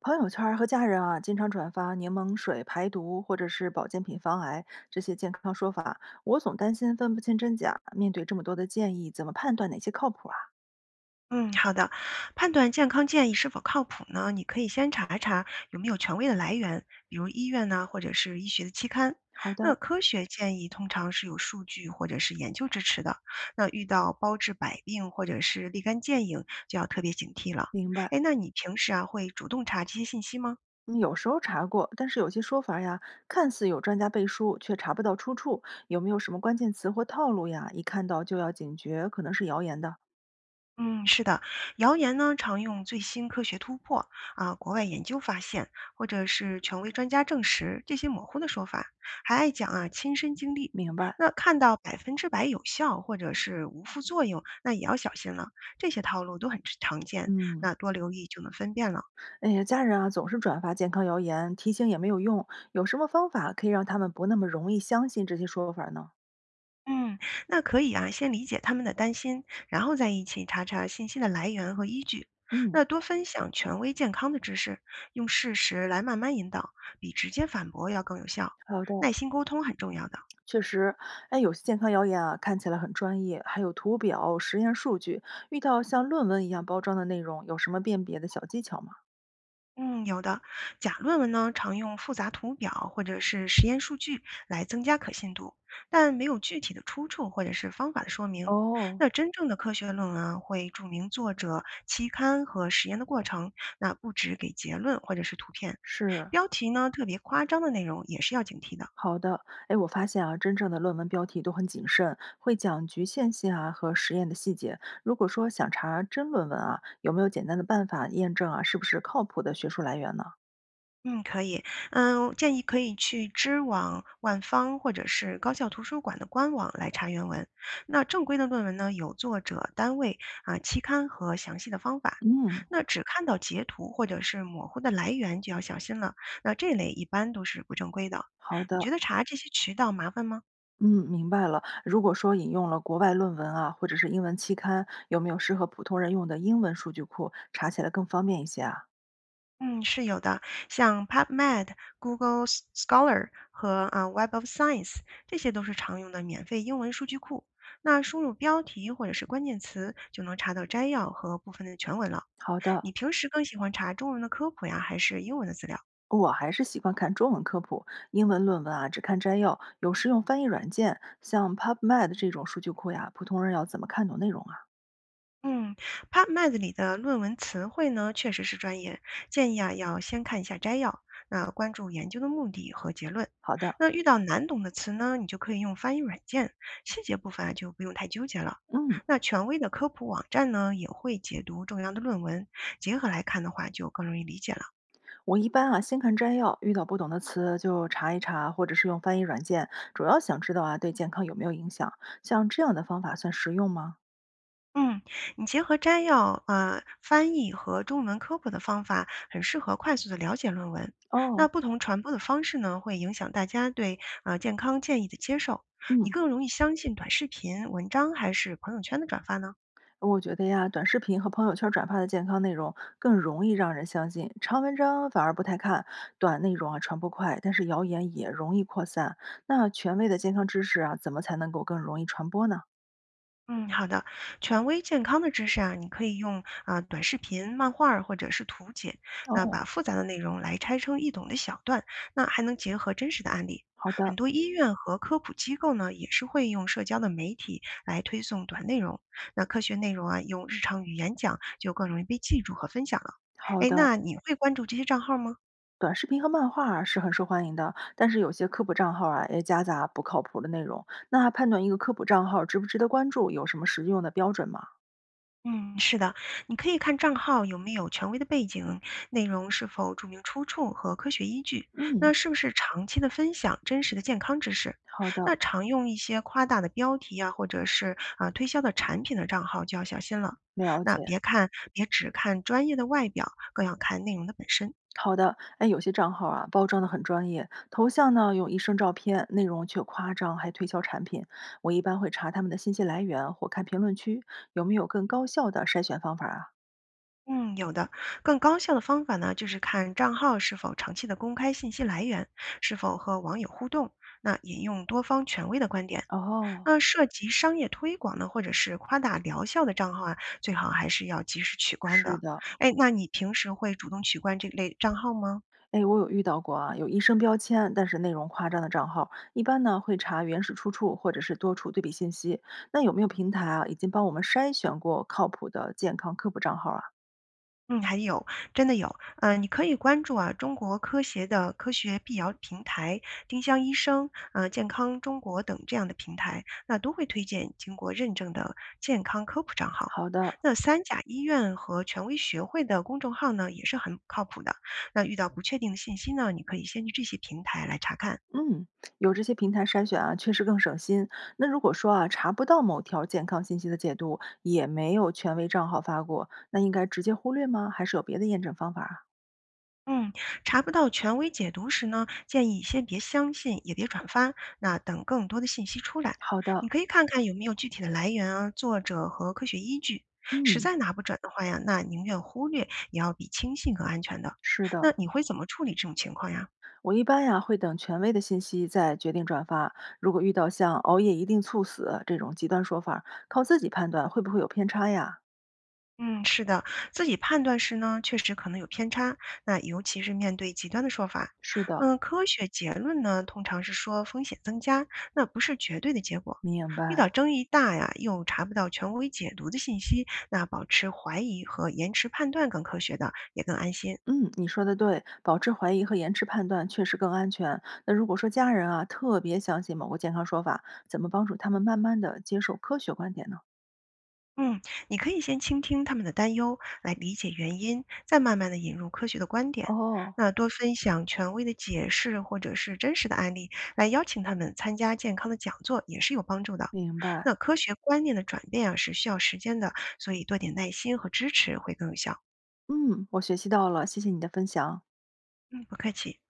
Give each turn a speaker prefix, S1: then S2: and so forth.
S1: 朋友圈儿和家人啊，经常转发柠檬水排毒或者是保健品防癌这些健康说法，我总担心分不清真假。面对这么多的建议，怎么判断哪些靠谱啊？
S2: 嗯，好的。判断健康建议是否靠谱呢？你可以先查一查有没有权威的来源，比如医院呢，或者是医学的期刊。
S1: 好
S2: 那
S1: 的，
S2: 科学建议通常是有数据或者是研究支持的。那遇到包治百病或者是立竿见影，就要特别警惕了。
S1: 明白。
S2: 哎，那你平时啊会主动查这些信息吗？
S1: 嗯，有时候查过，但是有些说法呀，看似有专家背书，却查不到出处。有没有什么关键词或套路呀？一看到就要警觉，可能是谣言的。
S2: 嗯，是的，谣言呢常用最新科学突破啊、国外研究发现，或者是权威专家证实这些模糊的说法，还爱讲啊亲身经历。
S1: 明白。
S2: 那看到百分之百有效或者是无副作用，那也要小心了。这些套路都很常见，
S1: 嗯。
S2: 那多留意就能分辨了。
S1: 哎呀，家人啊，总是转发健康谣言，提醒也没有用。有什么方法可以让他们不那么容易相信这些说法呢？
S2: 嗯，那可以啊，先理解他们的担心，然后再一起查查信息的来源和依据。
S1: 嗯，
S2: 那多分享权威健康的知识，用事实来慢慢引导，比直接反驳要更有效。
S1: 好的，
S2: 耐心沟通很重要的。
S1: 确实。哎，有些健康谣言啊，看起来很专业，还有图表、实验数据。遇到像论文一样包装的内容，有什么辨别的小技巧吗？
S2: 嗯，有的。假论文呢，常用复杂图表或者是实验数据来增加可信度，但没有具体的出处或者是方法的说明。
S1: 哦，
S2: 那真正的科学论文啊，会注明作者、期刊和实验的过程，那不只给结论或者是图片。
S1: 是，
S2: 标题呢，特别夸张的内容也是要警惕的。
S1: 好的。哎，我发现啊，真正的论文标题都很谨慎，会讲局限性啊和实验的细节。如果说想查真论文啊，有没有简单的办法验证啊是不是靠谱的学术来源呢？
S2: 嗯，可以。嗯，我建议可以去知网、万方或者是高校图书馆的官网来查原文。那正规的论文呢，有作者、单位啊、期刊和详细的方法。
S1: 嗯，
S2: 那只看到截图或者是模糊的来源就要小心了。那这类一般都是不正规的。
S1: 好
S2: 你觉
S1: 的。
S2: 得查这些渠道麻烦吗？
S1: 嗯，明白了。如果说引用了国外论文啊，或者是英文期刊，有没有适合普通人用的英文数据库，查起来更方便一些啊？
S2: 嗯，是有的，像 PubMed、Google Scholar 和啊 Web of Science，这些都是常用的免费英文数据库。那输入标题或者是关键词，就能查到摘要和部分的全文了。
S1: 好的，
S2: 你平时更喜欢查中文的科普呀，还是英文的资料？
S1: 我还是习惯看中文科普，英文论文啊只看摘要，有时用翻译软件，像 PubMed 这种数据库呀，普通人要怎么看懂内容啊？
S2: 嗯，PubMed 里的论文词汇呢，确实是专业，建议啊要先看一下摘要，那关注研究的目的和结论。
S1: 好的。
S2: 那遇到难懂的词呢，你就可以用翻译软件，细节部分啊就不用太纠结了。
S1: 嗯，
S2: 那权威的科普网站呢，也会解读重要的论文，结合来看的话，就更容易理解了。
S1: 我一般啊，先看摘要，遇到不懂的词就查一查，或者是用翻译软件，主要想知道啊，对健康有没有影响。像这样的方法算实用吗？
S2: 嗯，你结合摘要、翻译和中文科普的方法，很适合快速的了解论文。那
S1: 哦。
S2: 不同传播的方式呢，会影响大家对健康建议的接受。你
S1: 嗯，
S2: 更容易相信短视频、文章还是朋友圈的转发呢？
S1: 我觉得呀，短视频和朋友圈转发的健康内容更容易让人相信，长文章反而不太看。短内容啊传播快，但是谣言也容易扩散。那权威的健康知识啊，怎么才能够更容易传播呢？
S2: 嗯，好的。权威健康的知识啊，你可以用啊、短视频、漫画儿或者是图解，那
S1: 哦，
S2: 把复杂的内容来拆成易懂的小段，那还能结合真实的案例。
S1: 好
S2: 很
S1: 的，
S2: 多医院和科普机构呢，也是会用社交的媒体来推送短内容。那科学内容啊，用日常语言讲就更容易被记住和分享了。
S1: 好
S2: 哎，
S1: 的。
S2: 那你会关注这些账号吗？
S1: 短视频和漫画啊是很受欢迎的，但是有些科普账号啊也夹杂不靠谱的内容。那判断一个科普账号值不值得关注，有什么实用的标准吗？
S2: 嗯，是的，你可以看账号有没有权威的背景，内容是否注明出处和科学依据，那
S1: 嗯，
S2: 是不是长期的分享真实的健康知识？
S1: 好
S2: 那
S1: 的，
S2: 常用一些夸大的标题啊，或者是啊推销的产品的账号就要小心了。
S1: 了
S2: 那
S1: 解。
S2: 别看，别只看专业的外表，更要看内容的本身。
S1: 好的，哎，有些账号啊，包装的很专业，头像呢用医生照片，内容却夸张，还推销产品。我一般会查他们的信息来源，或看评论区有没有更高效的筛选方法啊。
S2: 嗯，有的，更高效的方法呢，就是看账号是否长期的公开信息来源，是否和网友互动，那引用多方权威的观点。
S1: 哦，
S2: 那涉及商业推广呢，或者是夸大疗效的账号啊，最好还是要及时取关
S1: 是
S2: 的。
S1: 的。
S2: 哎，那你平时会主动取关这类账号吗？
S1: 哎，我有遇到过啊，有医生标签，但是内容夸张的账号，一般呢会查原始出处或者是多处对比信息。那有没有平台啊，已经帮我们筛选过靠谱的健康科普账号啊？
S2: 嗯，还有，真的有，嗯，你可以关注啊，中国科协的科学辟谣平台、丁香医生、健康中国等这样的平台，那都会推荐经过认证的健康科普账号。
S1: 好的，
S2: 那三甲医院和权威学会的公众号呢，也是很靠谱的。那遇到不确定的信息呢，你可以先去这些平台来查看。
S1: 嗯，有这些平台筛选啊，确实更省心。那如果说啊，查不到某条健康信息的解读，也没有权威账号发过，那应该直接忽略吗？还是有别的验证方法啊？
S2: 嗯，查不到权威解读时呢，建议先别相信，也别转发，那等更多的信息出来，
S1: 好的，
S2: 你可以看看有没有具体的来源啊、作者和科学依据。实
S1: 嗯，
S2: 在拿不准的话呀，那宁愿忽略，也要比轻信更安全的。
S1: 是
S2: 那
S1: 的，
S2: 你会怎么处理这种情况呀？
S1: 我一般呀、会等权威的信息再决定转发。如果遇到像熬夜一定猝死这种极端说法儿靠自己判断会不会有偏差呀？
S2: 嗯，是的，自己判断时呢，确实可能有偏差，那尤其是面对极端的说法。
S1: 是的，
S2: 嗯，科学结论呢，通常是说风险增加，那不是绝对的结果。
S1: 明
S2: 遇
S1: 白。
S2: 到争议大呀，又查不到权威解读的信息，那保持怀疑和延迟判断更科学的，也更安心。
S1: 嗯，你说的对，保持怀疑和延迟判断确实更安全。那如果说家人啊特别相信某个健康说法，怎么帮助他们慢慢的接受科学观点呢？
S2: 嗯，你可以先倾听他们的担忧，来理解原因，再慢慢的引入科学的观点。
S1: 哦，
S2: 那多分享权威的解释或者是真实的案例，来邀请他们参加健康的讲座也是有帮助的。
S1: 明白。
S2: 那科学观念的转变啊是需要时间的，所以多点耐心和支持会更有效。
S1: 嗯，我学习到了，谢谢你的分享。
S2: 嗯，不客气。